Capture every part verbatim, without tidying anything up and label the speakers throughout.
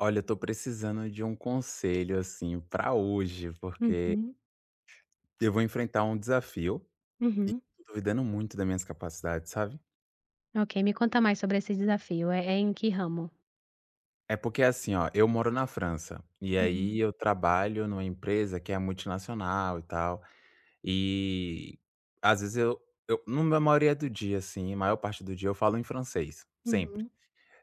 Speaker 1: Olha, eu tô precisando de um conselho, assim, pra hoje, porque
Speaker 2: Uhum,
Speaker 1: eu vou enfrentar um desafio.
Speaker 2: uhum.
Speaker 1: Tô duvidando muito das minhas capacidades, sabe?
Speaker 2: Ok, me conta mais sobre esse desafio, é é em que ramo?
Speaker 1: É porque, assim, ó, eu moro na França, e
Speaker 2: Uhum,
Speaker 1: aí eu trabalho numa empresa que é multinacional e tal, e às vezes eu, eu na maioria do dia, assim, a maior parte do dia eu falo em francês, sempre.
Speaker 2: uhum,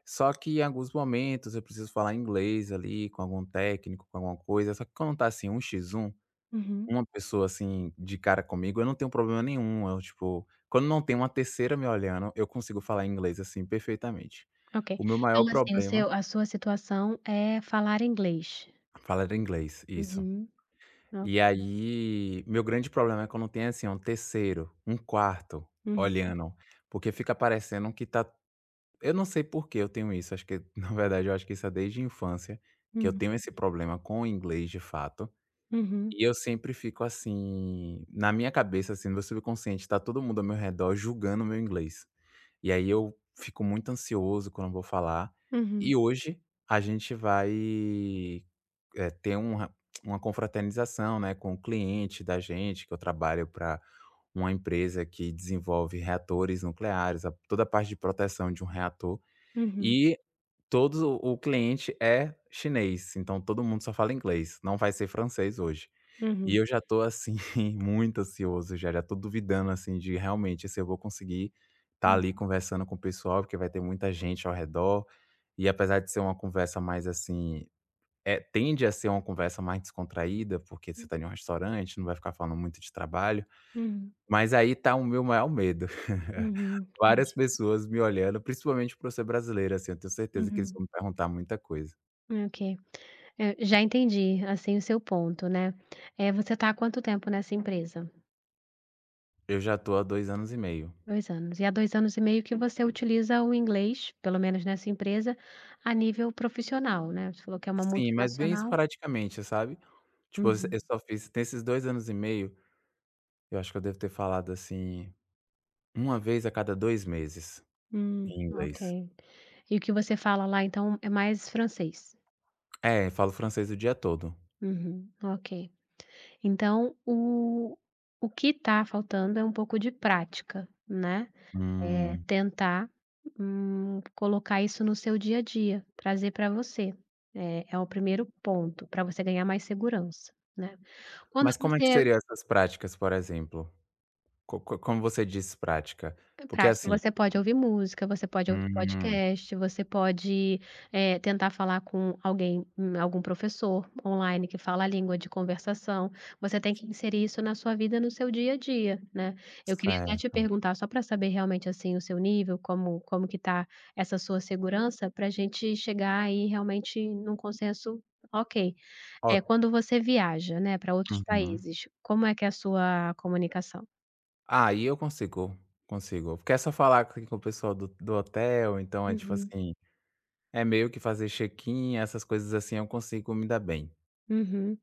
Speaker 1: Só que em alguns momentos eu preciso falar inglês ali com algum técnico, com alguma coisa, só que quando tá assim, um x um.
Speaker 2: uhum,
Speaker 1: Uma pessoa, assim, de cara comigo, eu não tenho problema nenhum, eu, tipo, quando não tem uma terceira me olhando, eu consigo falar inglês, assim, perfeitamente.
Speaker 2: ok.
Speaker 1: O meu maior
Speaker 2: Então, assim, o
Speaker 1: problema.
Speaker 2: seu a sua situação é falar inglês?
Speaker 1: Falar inglês, isso.
Speaker 2: Uhum, ok.
Speaker 1: E aí, meu grande problema é quando tem, assim, um terceiro, um quarto
Speaker 2: Uhum,
Speaker 1: olhando, porque fica parecendo que tá. Eu não sei por que eu tenho isso, acho que, na verdade, eu acho que isso é desde a infância, que eu
Speaker 2: uhum,
Speaker 1: tenho esse problema com o inglês de fato.
Speaker 2: uhum,
Speaker 1: E eu sempre fico assim, na minha cabeça, assim, no meu subconsciente, tá todo mundo ao meu redor julgando o meu inglês. E aí eu fico muito ansioso quando eu vou falar.
Speaker 2: uhum,
Speaker 1: E hoje a gente vai, eh, ter uma uma confraternização, né, com o cliente da gente, que eu trabalho para uma empresa que desenvolve reatores nucleares, a toda a parte de proteção de um reator.
Speaker 2: uhum,
Speaker 1: E todo o o cliente é chinês, então todo mundo só fala inglês, não vai ser francês hoje. E
Speaker 2: uhum,
Speaker 1: eu já tô assim, muito ansioso já, já tô duvidando assim de realmente se eu vou conseguir estar
Speaker 2: uhum,
Speaker 1: ali conversando com o pessoal, porque vai ter muita gente ao redor. E apesar de ser uma conversa mais assim, eh, tende a ser uma conversa mais descontraída, porque você tá em um restaurante, não vai ficar falando muito de trabalho,
Speaker 2: uhum,
Speaker 1: mas aí tá o meu maior medo.
Speaker 2: uhum,
Speaker 1: Várias
Speaker 2: entendi.
Speaker 1: pessoas me olhando, principalmente por eu ser brasileiro, assim, eu tenho certeza que eles
Speaker 2: Uhum,
Speaker 1: vão me perguntar muita coisa.
Speaker 2: ok. Eh, já entendi, assim, o seu ponto, né. É, você está há quanto tempo nessa empresa?
Speaker 1: Eu já tô há dois anos e meio.
Speaker 2: Dois anos. E há dois anos e meio que você utiliza o inglês, pelo menos nessa empresa, a nível profissional, né. Você falou que é uma
Speaker 1: Sim, mas bem
Speaker 2: multinacional.
Speaker 1: esporadicamente, sabe. Tipo, eu
Speaker 2: Uhum.
Speaker 1: eu só fiz nesses dois anos e meio, eu acho que eu devo ter falado, assim, uma vez a cada dois meses
Speaker 2: Hum,
Speaker 1: em
Speaker 2: ok.
Speaker 1: inglês.
Speaker 2: E o que você fala lá, então, é mais francês?
Speaker 1: É, eu falo francês o dia todo.
Speaker 2: Uhum, ok. Então o o que está faltando é um pouco de prática, né. Eh,
Speaker 1: Hum.
Speaker 2: tentar, hum, colocar isso no seu dia a dia, trazer para você. Eh, é o primeiro ponto, para você ganhar mais segurança, né. Quando
Speaker 1: Mas como é que
Speaker 2: você.
Speaker 1: seriam essas práticas, por exemplo? Co co como você diz prática?
Speaker 2: É
Speaker 1: Porque
Speaker 2: prático,
Speaker 1: assim,
Speaker 2: você pode ouvir música, você pode ouvir
Speaker 1: hum,
Speaker 2: podcast, você pode, eh, tentar falar com alguém, hum, algum professor online que fala a língua de conversação, você tem que inserir isso na sua vida, no seu dia a dia, né. Eu queria até te
Speaker 1: certo.
Speaker 2: perguntar só para saber realmente, assim, o seu nível, como como que tá essa sua segurança, pra gente chegar aí realmente num consenso. Ok.
Speaker 1: Ó.
Speaker 2: É quando você viaja, né, para outros
Speaker 1: Uhum.
Speaker 2: países, como é que é a sua comunicação?
Speaker 1: Ah, aí eu consigo, consigo. Porque é só falar com com o pessoal do do hotel, então é tipo
Speaker 2: Uhum,
Speaker 1: assim. É meio que fazer check-in, essas coisas assim, eu consigo me dar bem.
Speaker 2: uhum.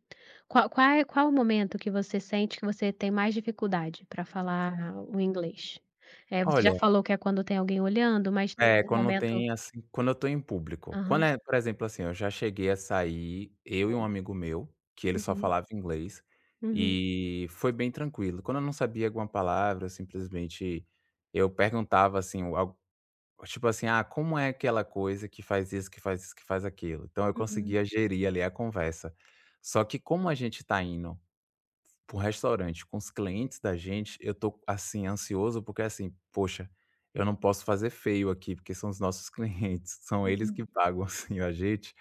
Speaker 2: Qual qual é qual é o momento que você sente que você tem mais dificuldade para falar o inglês? Eh, você já
Speaker 1: Olha,
Speaker 2: falou que é quando tem alguém olhando, mas tem
Speaker 1: é,
Speaker 2: algum
Speaker 1: quando
Speaker 2: momento.
Speaker 1: tem assim, quando eu tô em público. Quando
Speaker 2: Aham.
Speaker 1: é, por exemplo, assim, eu já cheguei a sair, eu e um amigo meu, que ele só
Speaker 2: Uhum,
Speaker 1: falava inglês,
Speaker 2: uhum,
Speaker 1: e foi bem tranquilo. Quando eu não sabia alguma palavra, eu simplesmente eu perguntava assim, o al tipo assim: "Ah, como é aquela coisa que faz isso, que faz isso, que faz aquilo?". Então eu
Speaker 2: uhum,
Speaker 1: conseguia gerir ali a conversa. Só que como a gente tá indo para um restaurante com os clientes da gente, eu tô assim ansioso, porque assim, poxa, eu não posso fazer feio aqui, porque são os nossos clientes, são eles
Speaker 2: uhum,
Speaker 1: que pagam assim a gente.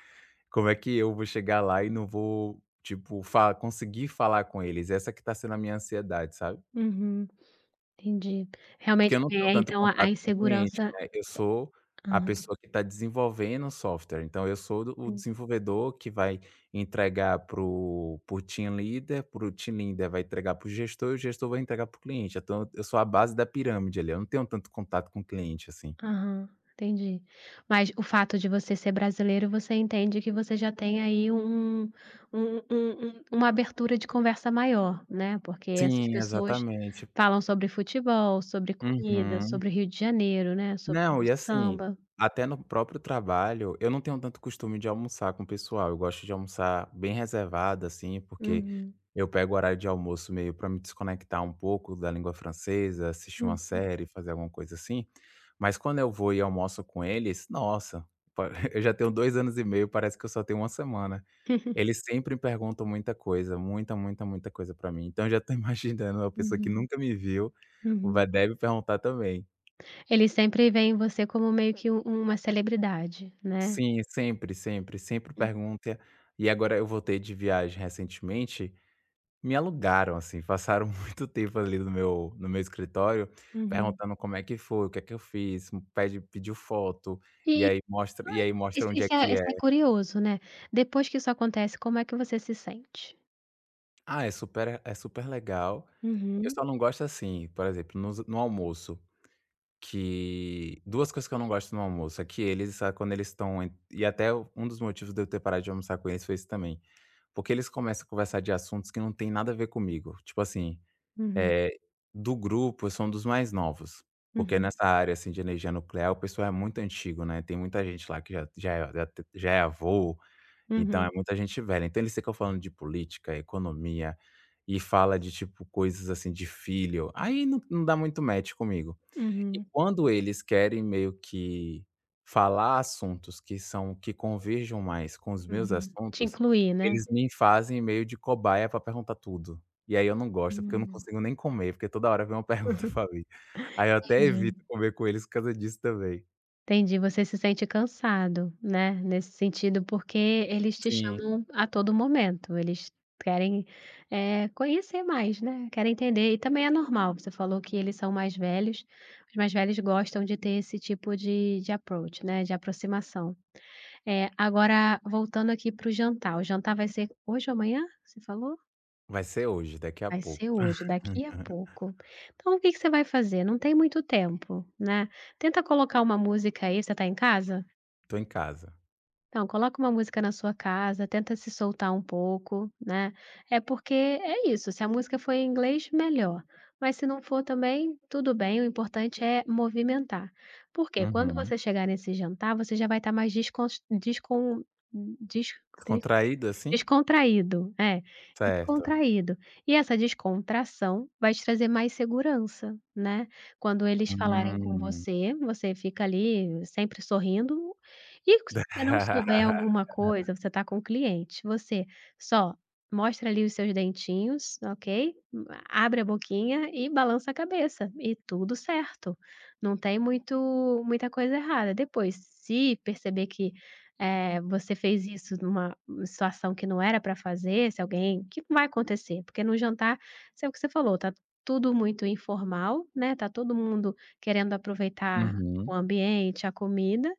Speaker 1: Como é que eu vou chegar lá e não vou, tipo, fa conseguir falar com eles? Essa que tá sendo a minha ansiedade, sabe?
Speaker 2: uhum, entendi.
Speaker 1: Porque
Speaker 2: Realmente
Speaker 1: eu não tenho
Speaker 2: é
Speaker 1: tanto
Speaker 2: então a a
Speaker 1: contato com o cliente,
Speaker 2: insegurança.
Speaker 1: né, eu sou a
Speaker 2: Hã.
Speaker 1: pessoa que está desenvolvendo o software, então eu sou do o desenvolvedor que vai entregar para o team leader, para o team leader vai entregar para o gestor e o gestor vai entregar para o cliente, então eu sou a base da pirâmide ali, eu não tenho tanto contato com o cliente, assim.
Speaker 2: Aham, entendi. Mas o fato de você ser brasileiro, você entende que você já tem aí um um um um uma abertura de conversa maior, né, porque essas
Speaker 1: Sim,
Speaker 2: pessoas
Speaker 1: exatamente.
Speaker 2: falam sobre futebol, sobre comida,
Speaker 1: Uhum.
Speaker 2: sobre Rio de Janeiro, né, sobre
Speaker 1: Não, e assim,
Speaker 2: samba.
Speaker 1: até no próprio trabalho, eu não tenho tanto costume de almoçar com o pessoal, eu gosto de almoçar bem reservado, assim, porque
Speaker 2: Uhum,
Speaker 1: eu pego o horário de almoço meio para me desconectar um pouco da língua francesa, assistir uma
Speaker 2: hum.
Speaker 1: série, fazer alguma coisa assim. Mas quando eu vou e almoço com eles, nossa, pa- eu já tenho dois anos e meio, parece que eu só tenho uma semana. Eles sempre perguntam muita coisa, muita, muita, muita coisa para mim. Então eu já tô imaginando uma pessoa que
Speaker 2: Uhum,
Speaker 1: nunca me viu,
Speaker 2: uhum.
Speaker 1: vai deve perguntar também.
Speaker 2: Eles sempre veem você como meio que u uma celebridade, né.
Speaker 1: Sim, sempre, sempre, sempre pergunta. E agora eu voltei de viagem recentemente, me alugaram, assim, passaram muito tempo ali no meu no meu escritório,
Speaker 2: Uhum.
Speaker 1: perguntando como é que foi, o que é que eu fiz, pede pediu foto, e
Speaker 2: E,
Speaker 1: aí mostra, e
Speaker 2: ah,
Speaker 1: aí
Speaker 2: isso
Speaker 1: mostra onde é
Speaker 2: isso é
Speaker 1: que
Speaker 2: isso
Speaker 1: é.
Speaker 2: é curioso, né. Depois que isso acontece, como é que você se sente?
Speaker 1: Ah, é super é super legal, eu
Speaker 2: Uhum,
Speaker 1: só não gosto assim, por exemplo, nos no almoço, que duas coisas que eu não gosto no almoço, é que eles, ah, quando eles estão. E até um dos motivos de eu ter parado de almoçar com eles foi isso também. Porque eles começam a conversar de assuntos que não tem nada a ver comigo. Tipo assim,
Speaker 2: uhum,
Speaker 1: eh, do grupo eu sou um dos mais novos, porque
Speaker 2: uhum,
Speaker 1: nessa área, assim, de energia nuclear o pessoal é muito antigo, né, tem muita gente lá que já já é já te já é avô, então é
Speaker 2: uhum,
Speaker 1: muita gente velha. Então eles ficam falando de política, economia, e fala de, tipo, coisas assim de filho, aí não não dá muito match comigo. E
Speaker 2: uhum,
Speaker 1: quando eles querem meio que falar assuntos que são que converjam mais com os meus
Speaker 2: uhum. Te
Speaker 1: assuntos,
Speaker 2: incluir, né.
Speaker 1: eles me fazem meio de cobaia pra perguntar tudo. E aí eu não gosto, porque eu não
Speaker 2: Hum.
Speaker 1: consigo nem comer, porque toda hora vem uma pergunta pra mim. Aí eu até
Speaker 2: Entendi.
Speaker 1: evito comer com eles por causa disso também.
Speaker 2: Entendi, você se sente cansado, né, nesse sentido, porque eles te
Speaker 1: Sim,
Speaker 2: chamam a todo momento, eles querem, eh, conhecer mais, né, querem entender e também é normal, você falou que eles são mais velhos, os mais velhos gostam de ter esse tipo de de approach, né, de aproximação. Eh, agora voltando aqui para o jantar, o jantar vai ser hoje ou amanhã, você falou?
Speaker 1: vai ser hoje, daqui a
Speaker 2: Vai
Speaker 1: pouco.
Speaker 2: ser hoje, daqui a pouco. Então o que que você vai fazer? Não tem muito tempo, né, tenta colocar uma música aí você tá em casa?
Speaker 1: Tô em casa.
Speaker 2: Então coloca uma música na sua casa, tenta se soltar um pouco, né, é porque é isso, se a música for em inglês, melhor, mas se não for também, tudo bem, o importante é movimentar. Porque quando
Speaker 1: Uhum.
Speaker 2: você chegar nesse jantar, você já vai estar mais descon descon des
Speaker 1: Descontraído, assim?
Speaker 2: Descontraído, é,
Speaker 1: Certo.
Speaker 2: descontraído. E essa descontração vai te trazer mais segurança, né. Quando eles falarem com
Speaker 1: Hum.
Speaker 2: você, você fica ali sempre sorrindo, e se você não souber alguma coisa, você está com o cliente, você só mostra ali os seus dentinhos, ok, abre a boquinha e balança a cabeça, e tudo certo. Não tem muito muita coisa errada. Depois, se perceber que, eh, você fez isso numa situação que não era para fazer, se alguém que não vai acontecer, porque no jantar, sei o que você falou, tá tudo muito informal, né, tá todo mundo querendo aproveitar o
Speaker 1: Uhum.
Speaker 2: ambiente, a comida,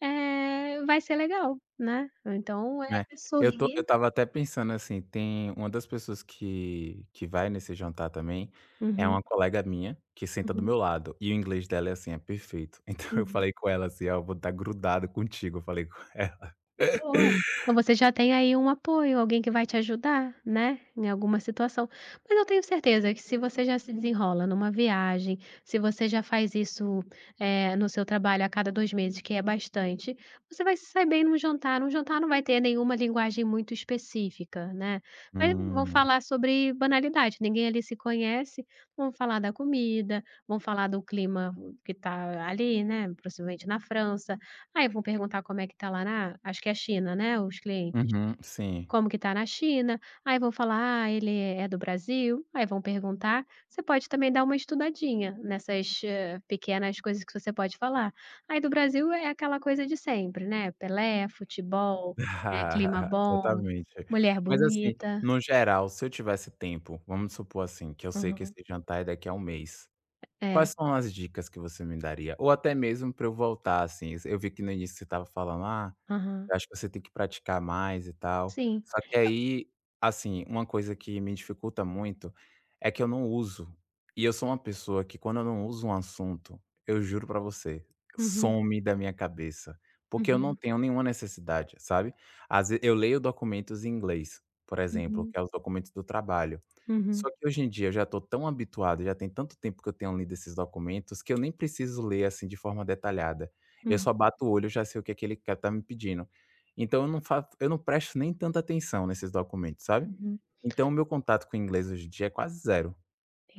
Speaker 2: eh, vai ser legal, né. Então é
Speaker 1: É, eu tô eu
Speaker 2: sorrir.
Speaker 1: estava até pensando assim, tem uma das pessoas que que vai nesse jantar também, é
Speaker 2: Uhum,
Speaker 1: uma colega minha, que senta do
Speaker 2: uhum,
Speaker 1: meu lado, e o inglês dela é assim, é perfeito. Então eu
Speaker 2: uhum.
Speaker 1: falei com ela assim: "Ah, eu vou estar grudado contigo", eu falei com ela.
Speaker 2: Boa. Então você já tem aí um apoio, alguém que vai te ajudar, né, em alguma situação. Mas eu tenho certeza que se você já se desenrola numa viagem, se você já faz isso, eh, no seu trabalho a cada dois meses, que é bastante, você vai se sair bem num jantar. Um jantar não vai ter nenhuma linguagem muito específica, né, mas vão
Speaker 1: Hum,
Speaker 2: falar sobre banalidade, ninguém ali se conhece, vão falar da comida, vão falar do clima que está ali, né, possivelmente na França. Aí vão perguntar como é que tá lá na acho que é China, né, os clientes.
Speaker 1: uhum, sim.
Speaker 2: Como que tá na China, aí vão falar: "Ah, ele é do Brasil", aí vão perguntar. Você pode também dar uma estudadinha nessas, eh, pequenas coisas que você pode falar. Aí do Brasil é aquela coisa de sempre, né, Pelé, futebol, eh, clima bom,
Speaker 1: Exatamente.
Speaker 2: mulher
Speaker 1: Mas assim,
Speaker 2: bonita.
Speaker 1: no geral, se eu tivesse tempo, vamos supor assim, que eu sei que
Speaker 2: Aham.
Speaker 1: esse jantar é daqui a um mês,
Speaker 2: É,
Speaker 1: quais são as dicas que você me daria? Ou até mesmo para eu voltar assim, eu vi que no início você estava falando: "Ah".
Speaker 2: aham.
Speaker 1: Eu acho que você tem que praticar mais e tal.
Speaker 2: Sim.
Speaker 1: Só que aí, assim, uma coisa que me dificulta muito é que eu não uso. E eu sou uma pessoa que quando eu não uso um assunto, eu juro pra você,
Speaker 2: Uhum,
Speaker 1: some da minha cabeça, porque eu não
Speaker 2: uhum,
Speaker 1: tenho nenhuma necessidade, sabe. Às ve eu leio documentos em inglês, por exemplo,
Speaker 2: uhum,
Speaker 1: que é os documentos do trabalho.
Speaker 2: uhum,
Speaker 1: Só que hoje em dia eu já tô tão habituado, já tem tanto tempo que eu tenho lido esses documentos que eu nem preciso ler, assim, de forma detalhada. Eu só
Speaker 2: uhum,
Speaker 1: bato o olho, eu já sei o que aquele cara tá me pedindo. Então eu não fa eu não presto nem tanta atenção nesses documentos, sabe.
Speaker 2: uhum.
Speaker 1: Então o meu contato com o inglês hoje em dia é quase zero.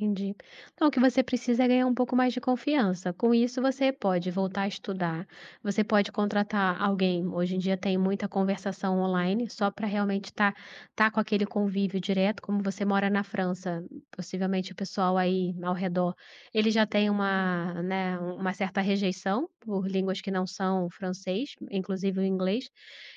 Speaker 2: Entendi. Então, o que você precisa é ganhar um pouco mais de confiança. Com isso, você pode voltar a estudar, você pode contratar alguém. Hoje em dia tem muita conversação online, só para realmente estar tá, tá com aquele convívio direto. Como você mora na França, possivelmente o pessoal aí ao redor, ele já tem uma, né, uma certa rejeição por línguas que não são francês, inclusive o inglês.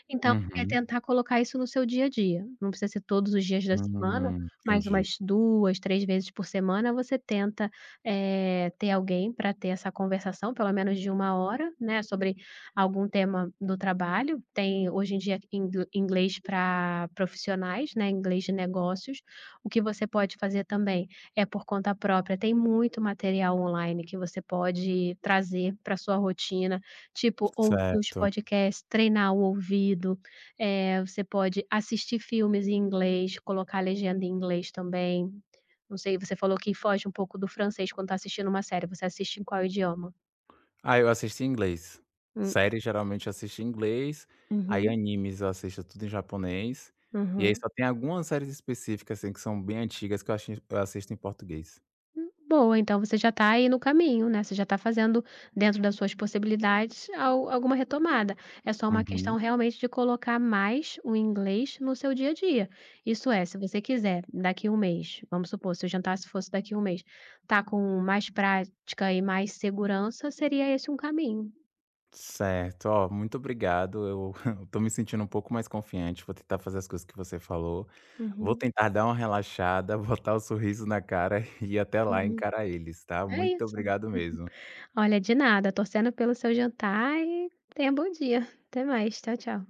Speaker 2: Então, é
Speaker 1: Uhum.
Speaker 2: tentar colocar isso no seu dia a dia. Não precisa ser todos os dias da semana,
Speaker 1: Hum,
Speaker 2: mais
Speaker 1: entendi.
Speaker 2: umas duas, três vezes por semana, você tenta, eh, ter alguém para ter essa conversação, pelo menos de uma hora, né, sobre algum tema do trabalho. Tem hoje em dia ingl inglês para profissionais, né, inglês de negócios. O que você pode fazer também é por conta própria, tem muito material online que você pode trazer para sua rotina, tipo ouvir os
Speaker 1: Certo.
Speaker 2: podcasts, treinar o ouvido, eh, você pode assistir filmes em inglês, colocar a legenda em inglês também. Não sei, você falou que foge um pouco do francês quando está assistindo uma série, você assiste em qual idioma?
Speaker 1: Ah, eu assisto em inglês.
Speaker 2: Hum,
Speaker 1: Séries geralmente eu assisto em inglês, aí
Speaker 2: uhum.
Speaker 1: animes eu assisto tudo em japonês, e aí
Speaker 2: Uhum.
Speaker 1: só tem algumas séries específicas, assim, que são bem antigas que eu assis eu assisto em português.
Speaker 2: Hum, boa, então você já está aí no caminho, né, você já está fazendo dentro das suas possibilidades al alguma retomada. É só uma questão
Speaker 1: Uhum.
Speaker 2: realmente de colocar mais o inglês no seu dia a dia. Isso é, se você quiser daqui um mês, vamos supor, se o jantar se fosse daqui um mês, tá com mais prática e mais segurança, seria esse um caminho.
Speaker 1: Certo, ó, muito obrigado. Eu eu tô me sentindo um pouco mais confiante, vou tentar fazer as coisas que você falou, vou
Speaker 2: Uhum,
Speaker 1: tentar dar uma relaxada, botar o sorriso na cara e ir até lá
Speaker 2: uhum.
Speaker 1: encarar eles, tá?
Speaker 2: É
Speaker 1: Muito
Speaker 2: isso.
Speaker 1: obrigado mesmo.
Speaker 2: Olha, de nada, torcendo pelo seu jantar e tenha bom dia. Até mais, tchau, tchau.